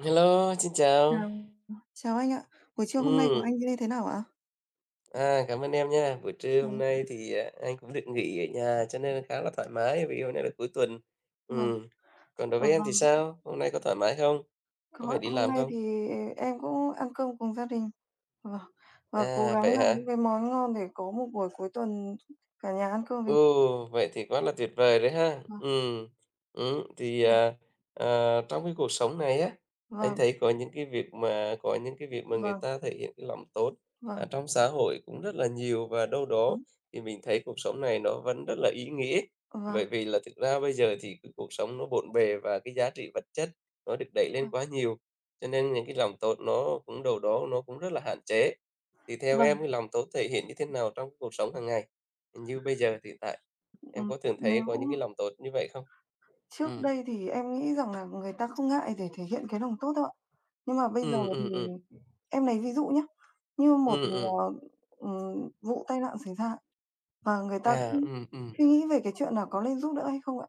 Hello, xin chào. Chào. Chào anh ạ. Buổi trưa hôm nay của Ừ, anh như thế nào ạ? Cảm ơn em nha. Buổi trưa hôm Vâng, nay thì, anh cũng được nghỉ ở nhà cho nên là khá là thoải mái vì hôm nay là cuối tuần. vâng, Ừ, Còn đối với em thì vâng. sao? Hôm nay có thoải mái không? Có phải Có, đi hôm làm nay không? thì em cũng ăn cơm cùng gia đình. Vâng, và cố À, gắng vậy làm những hả? cái món ngon để có một buổi cuối tuần cả nhà ăn cơm với. Ồ, vậy thì quá là tuyệt vời đấy ha. Vâng, ừm, thì, vâng, à, Trong cái cuộc sống này á, anh vâng, thấy có những cái việc mà có những cái việc mà người vâng, ta thể hiện cái lòng tốt, vâng, trong xã hội cũng rất là nhiều và đâu đó đúng, thì mình thấy cuộc sống này nó vẫn rất là ý nghĩa. vâng, Bởi vì là thực ra bây giờ thì cái cuộc sống nó bộn bề và cái giá trị vật chất nó được đẩy lên vâng, quá nhiều, cho nên những cái lòng tốt nó cũng đâu đó nó cũng rất là hạn chế. Thì theo em vâng. cái lòng tốt thể hiện như thế nào trong cuộc sống hàng ngày? Như bây giờ hiện tại, em Ừm, có thường Nếu thấy có những cái lòng tốt như vậy không? Ừ, trước đây thì em nghĩ rằng là người ta không ngại để thể hiện cái lòng tốt đâu ạ. Nhưng mà bây giờ ừ, thì ừ, ừ, em lấy ví dụ nhé. Như một, ừ, ừ, ờ, vụ tai nạn xảy ra và người ta à, cũng ừ, ừ, suy nghĩ về cái chuyện là có nên giúp đỡ hay không ạ?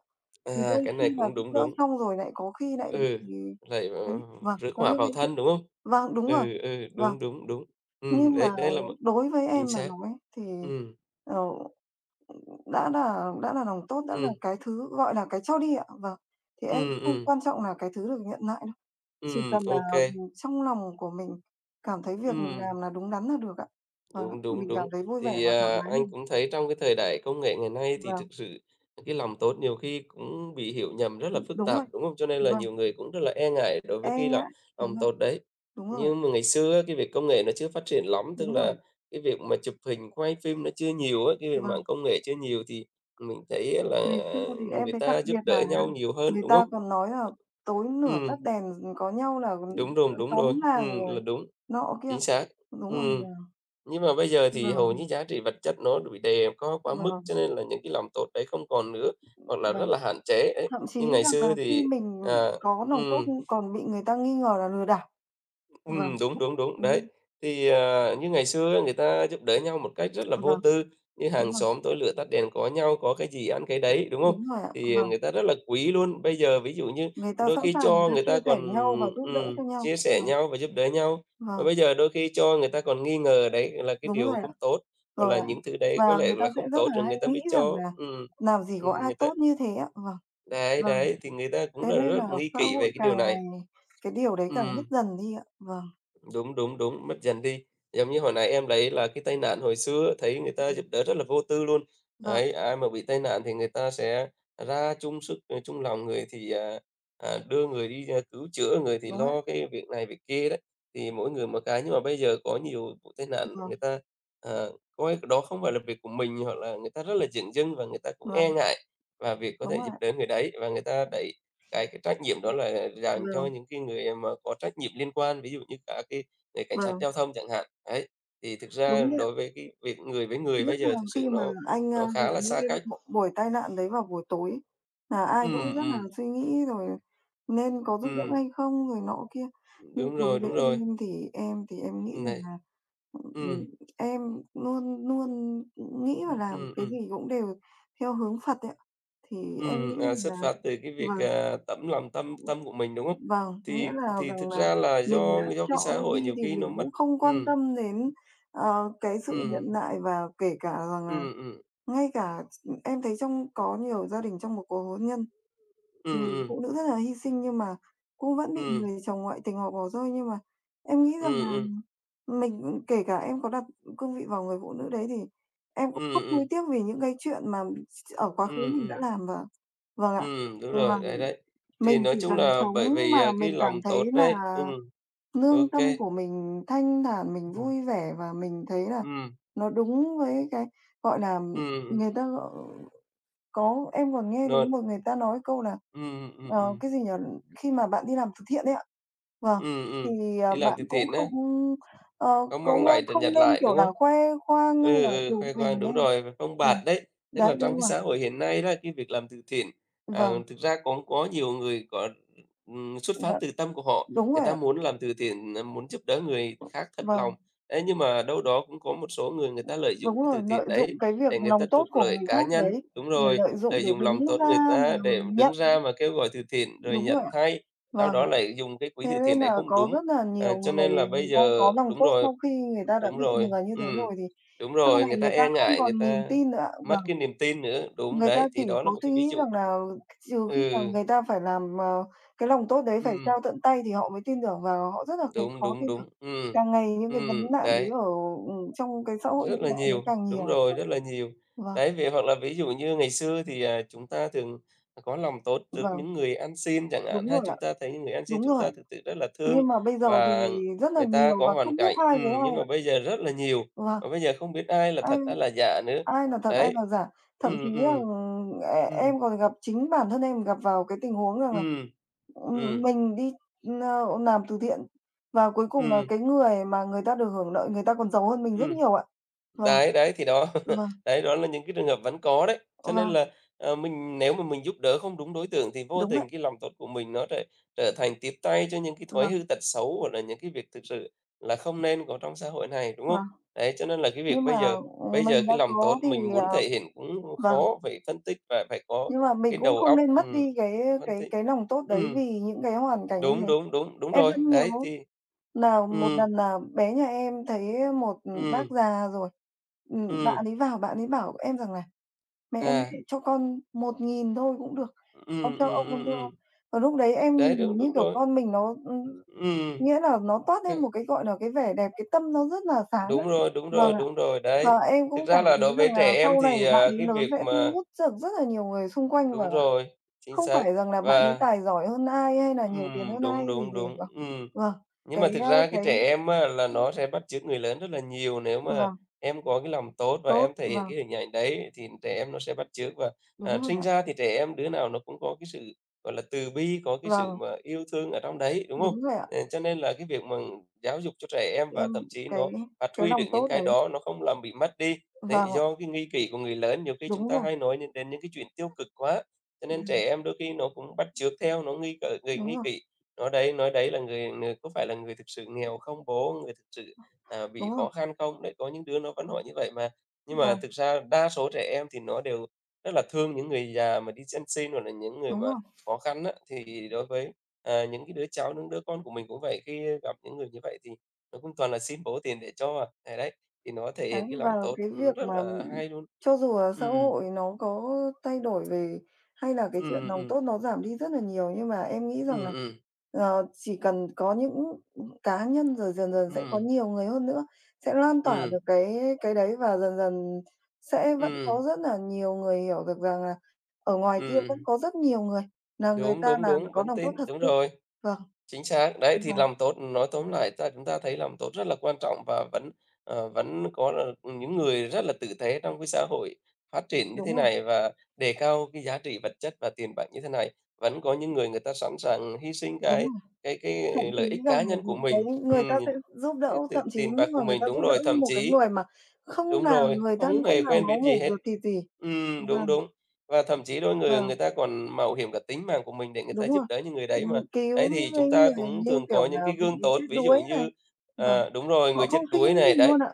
Vì à, đôi cái này khi là cũng giúp đúng, đỡ đúng, xong rồi lại có khi lại bị. ừ, lại, Đấy, vâng, rước có họa những vào cái chuyện. thân, đúng không? Vâng, đúng rồi, Ừ, ừ, vâng. đúng, đúng, đúng, ừ, Nhưng đấy, mà đấy là một đối với chính em mà xác. nói thì, Ừ, ờ, đã là lòng tốt, đã là ừ, cái thứ, gọi là, cái cho đi ạ, vâng, thì em ừ, không ừ, quan trọng là cái thứ được nhận lại đâu. ừ, Chỉ cần là, ok, ừ, trong lòng của mình cảm thấy ừ. việc mình làm là đúng đắn là được ạ. Và Đúng, đúng, mình cảm đúng. thấy vui vẻ Thì, và thoải à, mái là anh được. cũng thấy trong cái thời đại công nghệ ngày nay thì Vâng, thực sự cái lòng tốt nhiều khi cũng bị hiểu nhầm rất là phức đúng rồi, tạp, đúng không? Cho nên là vâng, nhiều người cũng rất là e ngại đối với e cái là ngại, đúng lòng rồi, tốt đấy. đúng rồi, Nhưng mà ngày xưa cái việc công nghệ nó chưa phát triển lắm, tức đúng là rồi, cái việc mà chụp hình, quay phim nó chưa nhiều á, cái việc mạng vâng. công nghệ chưa nhiều thì mình thấy á là Ngày xưa thì em người thấy đặc ta giúp biệt là đỡ nhau nhiều hơn, người đúng ta không? còn nói là tối nửa tắt Ừm, đèn, ừ, có nhau là, đúng rồi, đúng xóm rồi. làng rồi Là đúng, nọ kia. chính xác. Đúng rồi, và Ừm. Nhưng mà bây giờ giờ thì hầu thì như giá trị vật chất nó bị đề có quá mức, cho vâng, nên là những cái lòng tốt đấy không còn nữa, hoặc là rất vâng, là hạn chế đấy. thậm chí Nhưng ngày rằng xưa là khi thì, mình à có lòng tốt, ừm. còn bị người ta nghi ngờ là lừa đảo. Vâng, Đúng, đúng, đúng, đấy. đúng, Thì, như ngày xưa ấy, người ta giúp đỡ nhau một cách rất là vô vâng, tư, như đúng hàng rồi. xóm tối lửa tắt đèn có nhau, có cái gì ăn cái đấy, đúng không? Đúng rồi ạ, Thì vâng. người ta rất là quý luôn. Bây giờ ví dụ như Người ta đôi sẵn khi sàng người cho ta người chia ta sẻ còn nhau và giúp đỡ cho nhau. chia sẻ Vâng, nhau và giúp đỡ nhau, và vâng, bây giờ đôi khi cho người ta còn nghi ngờ đấy là cái đúng rồi điều ạ, không tốt, hoặc rồi là ạ. những thứ đấy có Và lẽ người ta là không sẽ rất tốt là rồi người hay ta nghĩ mới rằng cho. là làm gì có ai Người ta tốt như thế ạ. Vâng, đấy, vâng, đấy, thì người ta cũng thế là nên rất là nghi xã kỵ về hội cái điều càng ngày này. cái điều đấy càng mất dần đi ạ. Vâng, Đúng, đúng, đúng, mất dần đi. Giống như hồi nãy em lấy là cái tai nạn hồi xưa thấy người ta giúp đỡ rất là vô tư luôn. vâng, Đấy, ai mà bị tai nạn thì người ta sẽ ra chung sức, chung lòng, người thì, đưa người đi, cứu chữa, người thì đúng ạ, lo cái việc này việc kia đấy, thì mỗi người một cái. Nhưng mà bây giờ có nhiều vụ tai nạn vâng, người ta, coi đó không phải là việc của mình, hoặc là người ta rất là dửng dưng và người ta cũng e vâng, ngại và việc có đúng thể rồi giúp ạ, đỡ người đấy, và người ta đẩy cái trách nhiệm đó là dành cho vâng, những cái người mà có trách nhiệm liên quan, ví dụ như cả cái người cảnh sát vâng, giao thông chẳng hạn. Đấy, thì thực ra đúng như. đối với cái việc người với người Nhất bây là giờ thực sự khi mà nó anh, nó gặp khá là những xa cái cách. Buổi tai nạn đấy vào buổi tối, là ai cũng Ừm, rất là ừm, suy nghĩ rồi nên có giúp đỡ ừm, hay không rồi nọ kia. Nhưng đúng đối rồi, với đúng rồi, em thì em nghĩ này rằng đấy. là, ừm, Ừm, em luôn luôn nghĩ và làm ừm, cái ừm, gì cũng đều theo hướng Phật ấy ạ. Thì em nghĩ rằng Xuất là phát từ cái việc, vâng, à, tấm lòng tâm vâng, tâm của mình, đúng không? vâng, nghĩa Thì là thì rằng thực là ra là mình đã do cái chọn xã đi hội nhiều thì khi nó mình cũng mất. không quan Ừm, tâm đến, cái sự nhận ừm, lại và kể cả rằng là ừm, ừm, ngay cả em thấy trong có nhiều gia đình trong một cuộc hôn nhân, ừm, ừm, nhiều ừm, phụ nữ rất là hy sinh nhưng mà cũng vẫn bị ừm, người chồng ngoại tình họ bỏ rơi. Nhưng mà em nghĩ rằng ừm, là ừm, mình, kể cả em có đặt cương vị vào người phụ nữ đấy thì em cũng không ừm, nuối tiếc vì những cái chuyện mà ở quá khứ mình đã ừm. làm và vâng ạ, Ừ, đúng và rồi, đấy, đấy. Thì mình nói chỉ chung cần là sống bởi vì, mà à, cái mình cảm lòng tốt thấy là đấy. Ừ, lương ok, tâm của mình thanh thản, mình ừ, vui vẻ và mình thấy là ừ, nó đúng với cái, gọi là, ừm, người ta gọi có, em còn nghe đến rồi, một người ta nói câu là, ừ, ừ, ừ, cái gì nhỉ, khi mà bạn đi làm từ thiện ấy ạ, vâng, ừ, ừm, thì, à, đi làm bạn từ cũng thiện á. không, Có mong cũng, lại được không nhận nên, lại, kiểu đúng là, không? khoe khoang hay Ừ, là ừ, chụp khoe khoang, hình đúng hay rồi, và phông là bạt đấy. Tức là đấy, trong đúng cái rồi, xã hội hiện nay đó, cái việc làm từ thiện, vâng, thực ra cũng có nhiều người có, xuất phát dạ, từ tâm của họ, đúng người rồi ta ạ, muốn làm từ thiện, muốn giúp đỡ người khác thật lòng. vâng, Thế nhưng mà đâu đó cũng có một số người, người ta lợi dụng đúng cái rồi, từ lợi thiện dụng đấy cái việc để người ta lòng tốt trục của lợi người cá khác nhân, đấy đúng để rồi, lợi dụng lợi để dụng lòng đứng tốt người ra làm ta để nhận, đứng ra mà kêu gọi từ thiện rồi đúng rồi nhận ạ, thay, sau vâng. đó lại dùng cái quỹ Thế từ thiện nên đấy là không có đúng. rất là À, nhiều cho người nên là bây người ta giờ có lòng đúng tốt rồi. sau khi người ta đã Đúng bị rồi, lừa như thế rồi thì đúng sau rồi, người này ta người ta e không ngại, người còn niềm ta tin nữa. mất Vâng, cái niềm tin nữa, đúng, người ta đấy, chỉ thì đó có là một suy cái ví nghĩ dụ. rằng là trừ khi nào Ừ, người ta phải làm, cái lòng tốt đấy phải ừm, trao tận tay thì họ mới tin tưởng và họ rất là thấy đúng, khó đúng, tin tưởng. đúng, Càng ngày những cái vấn nạn đấy đấy. ở, trong cái xã hội Rất hiện là đại nó nhiều, càng đúng nhiều. rồi, rất là nhiều. Vâng, Đấy, vì hoặc là ví dụ như ngày xưa thì, chúng ta thường có lòng tốt trước vâng, những người ăn xin chẳng hạn đúng ha. rồi ạ, Chúng ta thấy những người ăn xin đúng chúng rồi ta ạ. thực sự rất là thương Nhưng mà bây giờ thì và rất là người ta nhiều có và hoàn không biết cảnh ai với ai nhưng mà ạ. bây giờ rất là nhiều, và Vâng. bây giờ không biết ai là Ai thật, ai là giả nữa. ai là thật, ai Đấy. là giả. Thậm chí Ừm, là, ừm. E Ừm, em còn gặp chính bản thân em gặp vào cái tình huống rằng là, ừm. Ừm, mình đi, làm từ thiện và cuối cùng là ừm, cái người mà người ta được hưởng lợi người ta còn giàu hơn mình rất ừm. nhiều ạ. Vâng, Đấy, đấy, thì đó, vâng, đấy, đó là những cái trường hợp vẫn có đấy. Cho nên vâng, là, mình nếu mà mình giúp đỡ không đúng đối tượng thì vô đúng vậy tình cái lòng tốt của mình nó trở trở thành tiếp tay cho những cái thói vâng, hư tật xấu, hoặc là những cái việc thực sự là không nên có trong xã hội này, đúng không? vâng. Đấy, cho nên là cái việc Nhưng mà, bây giờ bây giờ mình đã cái lòng tốt có thì, mình muốn thể hiện cũng vâng, khó, phải phân tích và phải có nhưng mà mình cái cũng đầu không óc, nên mất ừm, đi cái phân cái tích. cái lòng tốt đấy Ừm, vì những cái hoàn cảnh như đúng, thế. đúng, đúng, đúng Em rồi, vẫn nhớ đấy, thì là một ừ, lần là bé nhà em thấy một, bác ừ, già rồi, ừ, bạn ấy vào bạn ấy bảo em rằng là "Mẹ ơi, mẹ à, cho con 1.000 thôi cũng được, ừ, con cho ừ, ông ừ, con thương." ừm. Và lúc đấy em Đấy, nhìn, đúng, như đúng kiểu, rồi. con mình nó Ừm, nghĩa là nó toát lên cái một cái, gọi là, cái vẻ đẹp, cái tâm nó rất là sáng ạ. Đúng rồi, đúng Vâng rồi, ạ. đúng rồi, đấy. Và em Thực cũng cảm ra là thấy đối rằng với là trẻ em sau này thì, bạn à, ấy cái lớn việc sẽ thu mà hút được rất là nhiều người xung quanh đúng và rồi, chính không xác. phải rằng là bạn ấy Và tài giỏi hơn ai hay là nhiều tiền hơn đúng, ai gì đúng, gì đúng, vâng. ừm. Vâng, Nhưng mà cái, thực ra cái cái trẻ em á là nó sẽ bắt chước người lớn rất là nhiều, nếu mà vâng, em có cái lòng tốt và em tốt, thể hiện vâng, cái hình ảnh đấy thì trẻ em nó sẽ bắt chước và, đúng rồi sinh ạ. ra thì trẻ em đứa nào nó cũng có cái sự, gọi là, từ bi, có cái sự Vâng, mà yêu thương ở trong đấy, đúng không? đúng rồi ạ. Cho nên là cái việc mà giáo dục cho trẻ em Em và thậm chí cái nó phát cái huy được lòng những tốt cái đấy đó, nó không làm bị mất đi. Đấy, vâng ạ, do cái nghi kỷ của người lớn, nhiều khi chúng đúng ta rồi, hay nói những đến những cái chuyện tiêu cực quá, cho nên ừm, trẻ em đôi khi nó cũng bắt chước theo, nó nghi cỡ người đúng nghi rồi, kỷ. Nói đấy là người người có phải là người thực sự nghèo không bố? Người thực sự, bị đúng rồi, khó khăn không? Đấy, có những đứa nó vẫn hỏi như vậy mà. Nhưng mà vâng, thực ra đa số trẻ em thì nó đều rất là thương những người già mà đi ăn xin hoặc là những người đúng mà rồi. khó khăn á, thì đối với, những cái đứa cháu, những đứa con của mình cũng vậy, khi gặp những người như vậy thì nó cũng toàn là xin bố tiền để cho à. Thì đấy, thì nó thể Đấy, hiện cái lòng và tốt, cái việc ừm, rất mà là hay luôn. cho dù là xã Ừm, hội nó có thay đổi về hay là cái chuyện ừm, lòng ừm, tốt nó giảm đi rất là nhiều, nhưng mà em nghĩ rằng là, ừm, ừm, chỉ cần có những cá nhân rồi dần dần sẽ có ừm, nhiều người hơn nữa, sẽ lan tỏa ừm, được cái đấy và dần dần sẽ vẫn ừm, có rất là nhiều người hiểu được rằng là ở ngoài kia vẫn ừm. có rất nhiều người là người Đúng, ta đúng, là đúng, có vẫn lòng tốt tin, thật đúng sự. rồi. Vâng, Chính xác, đấy, thì vâng, làm tốt nói tóm lại, chúng ta thấy làm tốt rất là quan trọng và vẫn, vẫn có là những người rất là tử tế trong cái xã hội phát triển như thế đúng rồi, này và đề cao cái giá trị vật chất và tiền bạc như thế này. Vẫn có những người, người ta sẵn sàng hy sinh đúng cái rồi. cái cái Thậm chí lợi ích rằng cá là nhân của những cái mình, người ta nh sẽ giúp đỡ, cái t thậm chí tiền bạc của mà người ta mình giúp đúng đỡ rồi, thậm một cái chí. người mà không Đúng là rồi, người thân, không hề không là quen máu biết gì mủ hết. ruột thịt gì. Đúng, Vâng, đúng. Và thậm chí đôi người người vâng, ta còn mạo hiểm cả tính mạng của mình để người đúng ta giúp rồi. đỡ những người đấy mà. Cứu Đấy, những thì cái chúng ta người cũng như, thường kiểu có là, những cái bị gương tốt, chết ví dụ đuối này. như Vâng, đúng rồi, người họ chết không suy nghĩ đuối này, gì đấy. luôn ạ.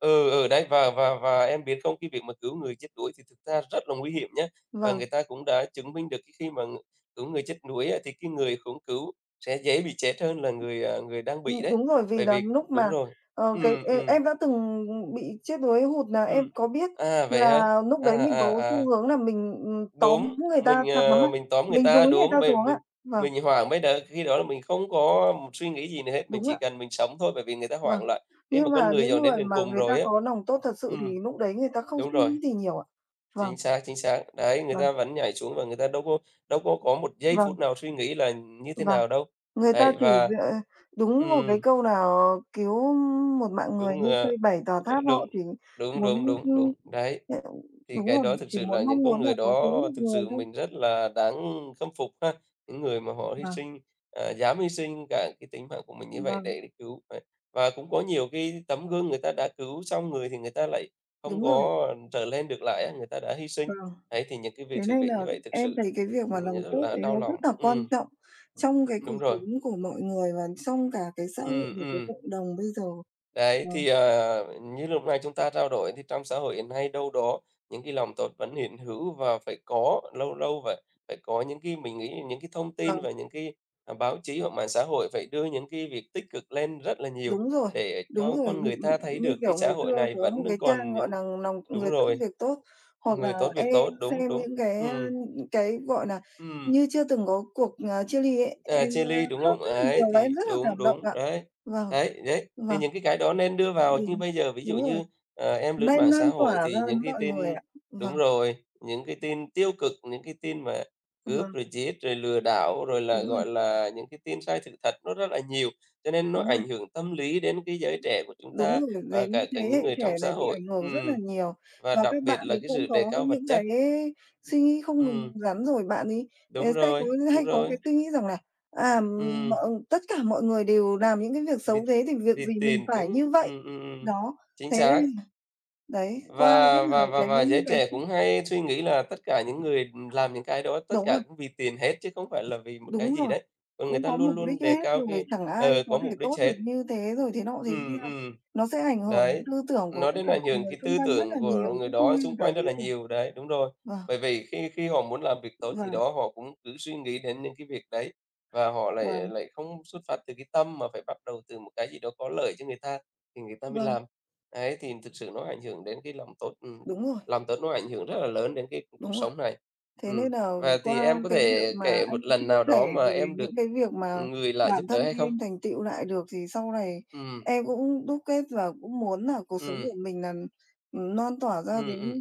Ừ, ừ, đấy, và em biết không, cái việc mà cứu người chết đuối thì thực ra rất là nguy hiểm nhá. Và Vâng, người ta cũng đã chứng minh được cái khi mà cứu người chết đuối á, thì cái người khốn cứu sẽ dễ bị chết hơn là người đang bị đấy. đúng rồi, vì Bởi là vì lúc đúng mà, rồi. Cái Ừm, ừm. em đã từng bị chết đuối hụt là em Ừm. có biết À, vậy hả? là lúc À, đấy mình à, có à, xu hướng là mình, tóm đúng, người ta chặt lắm ạ, mình tóm người mình dúi ta, người đúng, ta bởi xuống ạ. mình Vâng, mình hoảng bây đ khi đó là mình không có một suy nghĩ gì nữa hết, mình đúng chỉ ạ. cần mình sống thôi, bởi vì người ta Vâng, hoảng loạn khi nhưng mà con mà người những dồn đến người đường mà cùng người ta rồi á. có lòng tốt thật sự thì Ừm, lúc đấy người ta không đúng suy rồi, nghĩ gì nhiều ạ. Vâng, chính xác, chính xác. Đấy, người vâng, ta vẫn nhảy xuống và người ta đâu có một giây vâng, phút nào suy nghĩ là như thế vâng, nào đâu. người ta Đấy, chỉ và dựa đúng một cái ừm, câu nào "Cứu một mạng người đúng, như xây 7 tòa tháp", họ đúng, chỉ đúng, đúng, muốn, đúng, ưm, đúng, đấy. ờ, Thì đúng cái rồi, đó thực chỉ sự là muốn mong những con muốn là người có cứu đó được thực người sự thôi. mình rất là đáng khâm phục ha. Những người mà họ Vâng, dám hy sinh cả cái tính mạng của mình như vậy vâng, để đi cứu. Đấy. Và cũng có nhiều cái tấm gương người ta đã cứu xong người thì người ta lại không đúng rồi, có trở lên được lại á, người ta đã hy sinh. vâng. Đấy, thì những cái Thế việc sự nên việc như là vậy thực em sự, thấy cái việc mà lòng rất tốt là đấy đau nó rất lòng. là quan trọng trong cái cuộc Đúng rồi. sống của mọi người và trong cả cái xã hội Ừm, và cái ừm. cộng đồng bây giờ. Đấy, Vâng, thì, như lúc này chúng ta trao đổi thì trong xã hội hiện nay đâu đó những cái lòng tốt vẫn hiện hữu và phải có, lâu lâu phải phải có những cái mình nghĩ những cái thông tin vâng. và những cái, báo chí hoặc mạng xã hội phải đưa những cái việc tích cực lên rất là nhiều Đúng rồi, để đúng cho rồi, con người ta thấy như được cái kiểu ngày xã hội xưa này có một vẫn đang cái trang, còn gọi những là, "Lòng đúng người tốt rồi, việc tốt" hoặc là người tốt việc em tốt, đúng, xem đúng. những cái, Ừm, cái, gọi là, ừm. như chưa từng có cuộc, à, chia ly ấy, À, em, chili, đúng khóc không? rất là nhiều Ấy, và em thì rất là đúng, cảm động đúng, ạ. đấy, Vâng, đấy, đấy, thì vâng, những cái đó nên đưa vào. Như ừm, bây giờ ví dụ đúng rồi, như, em lướt nên mạng xã lan tỏa hội thì ra những đến cái mọi người tin ạ. Vâng, đúng rồi, những cái tin tiêu cực, những cái tin mà cướp vâng, rồi giết, rồi lừa đảo, rồi là, đúng rồi, gọi là, những cái tin sai sự thật nó rất là nhiều, cho nên nó đúng rồi. ảnh hưởng tâm lý đến cái giới trẻ của chúng Đúng ta rồi, và đến cả cả thế hệ những người trong trẻ này xã bị hội. ảnh hưởng rất là nhiều. Và Và đặc các bạn biệt là ấy cái cũng sự đề có cao vật những chất. cái suy nghĩ không đúng Ừm, đắn, rồi bạn ấy, đúng sẽ có rồi, đúng hay có cái rồi, suy nghĩ rằng là, à, ừm. mọi tất cả mọi người đều làm những cái việc Vì xấu thế thì việc vì gì mình tiền, phải đúng. như vậy. Ừm, ừm, ừm, Đó, chính thế xác. đấy, qua rất Và là và và cái và những giới cái trẻ chi cũng hay suy nghĩ là tất cả những người làm những cái đó, tất đúng rồi, cả cũng vì tiền hết chứ không phải là vì một cái đúng gì rồi, đấy, còn người cũng ta có luôn mục đích luôn đề hết cao rồi, cái chẳng ai có có thể mục đích tốt được hết. như thế rồi thế nọ thế kia. Ừm, ừm. Nó sẽ ảnh hưởng đến Đấy, tư tưởng của nó tất đến cả ảnh mọi hưởng người cái xung tư quanh rất tưởng là nhiều của người chứ không đó riêng xung cả quanh rất giới là trẻ. nhiều, đấy, đúng rồi. Vâng. Bởi vì khi khi họ muốn làm việc tốt gì Vâng, đó, họ cũng cứ suy nghĩ đến những cái việc đấy và họ lại vâng, lại không xuất phát từ cái tâm mà phải bắt đầu từ một cái gì đó có lợi cho người ta thì người ta mới vâng, làm. Đấy, thì thực sự nó ảnh hưởng đến cái đúng rồi, lòng tốt nó ảnh hưởng rất là lớn đến cái cuộc đúng rồi. sống này. Thế nên là Và thì qua em có cái việc thể mà kể anh một lần chia nào sẻ đó mà rồi em được những cái việc mà người lạ bản giúp thân đỡ hay không? em thành tựu lại được thì sau này Ừm, em cũng đúc kết và cũng muốn là cuộc sống ừm, của mình là, non tỏa ra ừm, đến ừm,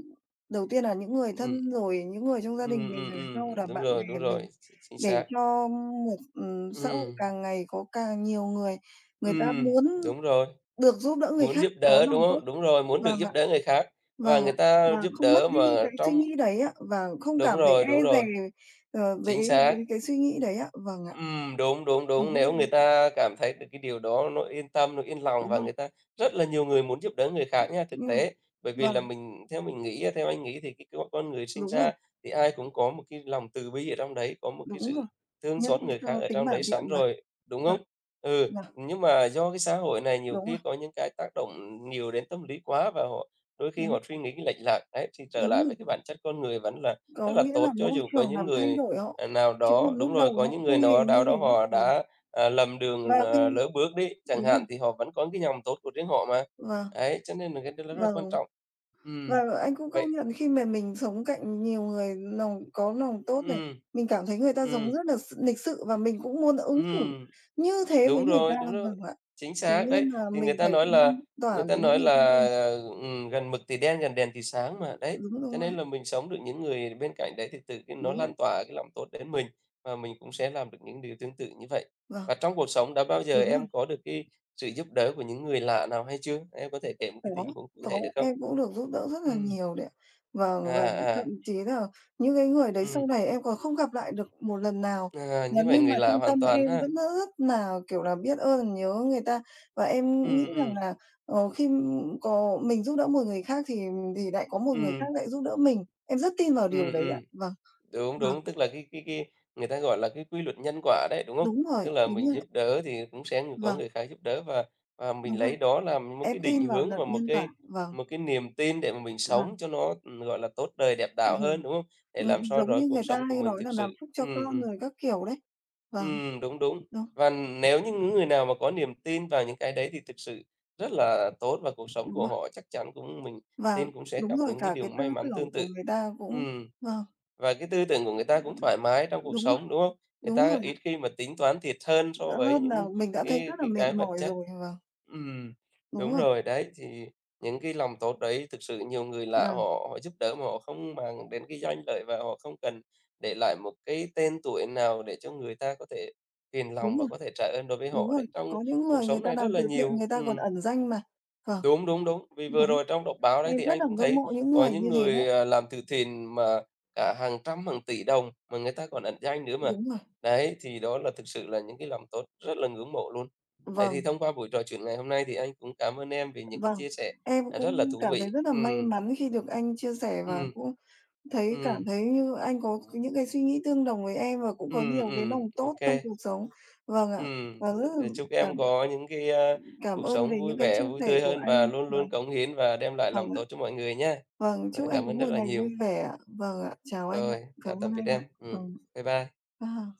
đầu tiên là những người ừm, thân, rồi những người trong gia đình mình, rồi sau là bạn đúng bè rồi, mình, ch chính để xác. cho một, xã hội Ừm, càng ngày có càng nhiều người, người ta ừm, muốn đúng rồi, được giúp đỡ người muốn khác, giúp có đỡ, đúng lòng tốt không? Đúng rồi, muốn được và giúp đỡ người khác và vâng ạ, người ta và giúp không mất đỡ đi mà cái suy trong nghĩ đấy ạ, và không cảm thấy đúng e dè, rồi, chính về với xác. cái suy nghĩ đấy ạ. Vâng ạ, Đúng, đúng, đúng. đúng, Nếu người ta cảm thấy được cái điều đó nó yên tâm, nó yên lòng đúng và rồi, người ta rất là nhiều người muốn giúp đỡ người khác nha, thực nhưng tế. Bởi vì là vâng, mình theo mình nghĩ á, theo anh nghĩ thì cái con người sinh đúng rồi, ra thì ai cũng có một cái lòng từ bi ở trong đấy, có một cái đúng sự rồi, thương nhân xót thi người xơ khác ở tính trong bản đấy thiện sẵn mà, rồi, đúng vâng, không? Ừ, vâng, nhưng mà do cái xã hội này nhiều đúng rồi, khi có những cái tác động nhiều đến tâm lý quá và họ đôi khi đúng, họ suy nghĩ lệch lạc, đấy, thì trở đúng lại rồi, với cái bản chất con người vẫn là rất có là nghĩa là tốt, cho môi dù có trường những làm thay người đổi họ, nào chứ còn đó lúc đúng rồi, đầu có họ những người không hề nào đó như đó thế. họ Vâng, đã, lầm đường, và khi lỡ bước đi chẳng đúng rồi, hạn, thì họ vẫn có cái dòng tốt của riêng họ mà. vâng, Đấy, cho nên là cái đó rất là quan vâng. trọng. Và Ừm, anh cũng công vậy nhận khi mà mình sống cạnh nhiều người lòng có lòng tốt này, ừ mình cảm thấy người ta sống ừ rất là lịch sự và mình cũng muốn ứng ừ xử như thế với người ta, đúng rồi, vâng ạ. chính Thế xác nên đấy. là Thì người mình ta phải nói lan là tỏa người ta đến những nói người xung quanh. là, "Gần mực thì đen, gần đèn thì sáng" mà, đấy. Đúng Cho nên rồi, là mình sống được những người bên cạnh đấy thì tự cái nó đúng lan rồi. tỏa cái lòng tốt đến mình, và mình cũng sẽ làm được những điều tương tự như vậy. Và Vâng, trong cuộc sống đã bao giờ đúng rồi. em có được cái sự giúp đỡ của những người lạ nào hay chưa? Em có thể kể một cái có tình huống cụ thể có được không? em cũng được giúp đỡ rất là Ừm, nhiều đấy ạ. Vâng, à, ờ, và thậm à, chí là những cái người đấy ừm, sau này em còn không gặp lại được một lần nào, và Như vậy nhưng mà người trong lạ hoàn tâm toàn em ha. vẫn rất rất nà, kiểu là, biết ơn, nhớ người ta. Và em nghĩ Ừm, rằng ừm, là, khi có mình giúp đỡ một người khác thì lại có một người khác ừm, lại giúp đỡ mình. Em rất tin vào điều ừm, đấy ạ. ừm. Vâng. Đúng, Vâng, đúng, tức là cái người ta gọi là cái quy luật nhân quả đấy, đúng không? đúng rồi, Tức là đúng mình rồi. giúp đỡ thì cũng sẽ có Vâng, người khác giúp đỡ và mình đúng rồi. lấy đó làm một Em cái định tin vào hướng luật và một nhân quả. cái Vâng, một cái niềm tin để mà mình vâng, sống cho nó, gọi là, tốt đời đẹp đạo vâng. hơn, đúng không? Để làm Ừ, sao giống đó như cuộc người sống ta của hay mình nói thực là làm sự phúc cho con rồi các kiểu đấy. Vâng, đúng, đúng. đúng, Và nếu như những người nào mà có niềm tin vào những cái đấy thì thực sự rất là tốt và cuộc sống đúng của rồi. họ chắc chắn cũng mình Và tin cũng sẽ đúng gặp rồi, những cái cả điều cái tư may mắn tưởng tương của tự. người ta cũng Ừm. vâng, Và cái tư tưởng của người ta cũng thoải mái trong cuộc đúng rồi, sống, đúng không? Người đúng ta rồi ạ. ít khi mà tính toán thiệt hơn so Đỡ với hơn là những mình đã thấy rất cái là cái mệt cái vật mỏi chất. rồi, vâng, Ừm, đúng đúng rồi, rồi, đấy, thì những cái lòng tốt đấy thực sự nhiều người lạ vâng họ họ giúp đỡ mà họ không mang đến cái danh lợi và họ không cần để lại một cái tên tuổi nào để cho người ta có thể phiền đúng lòng rồi, và có thể trả ơn đối với đúng họ rồi. đấy, trong Có những cuộc người người sống ta này rất làm là từ thiện nhiều. người ta còn Ừm. ẩn danh mà. Vâng, Đúng, đúng, đúng. Vì vừa đúng, rồi trong đọc báo đấy em thì rất anh là cũng ngưỡng thấy mộ những có người những như thế đấy. người, làm từ thiện mà cả hàng trăm, hàng tỷ đồng mà người ta còn ẩn danh nữa mà. Đúng rồi, Đấy, thì đó là thực sự là những cái lòng tốt rất là ngưỡng mộ luôn. Đấy, thì vâng, thông qua buổi trò chuyện ngày hôm nay thì anh cũng cảm ơn em vì những cái vâng. chia sẻ, Em rất là cũng thú cảm thấy vị. rất là Ừ may mắn khi được anh chia sẻ ừ và cũng thấy cảm ừ thấy như anh có những cái suy nghĩ tương đồng với em và cũng ừ có nhiều cái lòng ô tốt trong kê. cuộc sống. Vâng ạ, và rất là Rồi chúc cảm em có những cái, cảm cuộc ơn sống về vui những cái vẻ, chia vui sẻ tươi của hơn và anh. luôn Vâng, luôn cống hiến và đem lại vâng lòng ạ. tốt cho mọi người nhé. Vâng, Rồi, chúc anh cảm có ơn rất một là ngày vui nhiều. vẻ ạ. Vâng ạ, chào anh ạ. Rồi, chào Cảm ơn tạm biệt anh em. ạ. Ừ, Vâng, bye bye. à.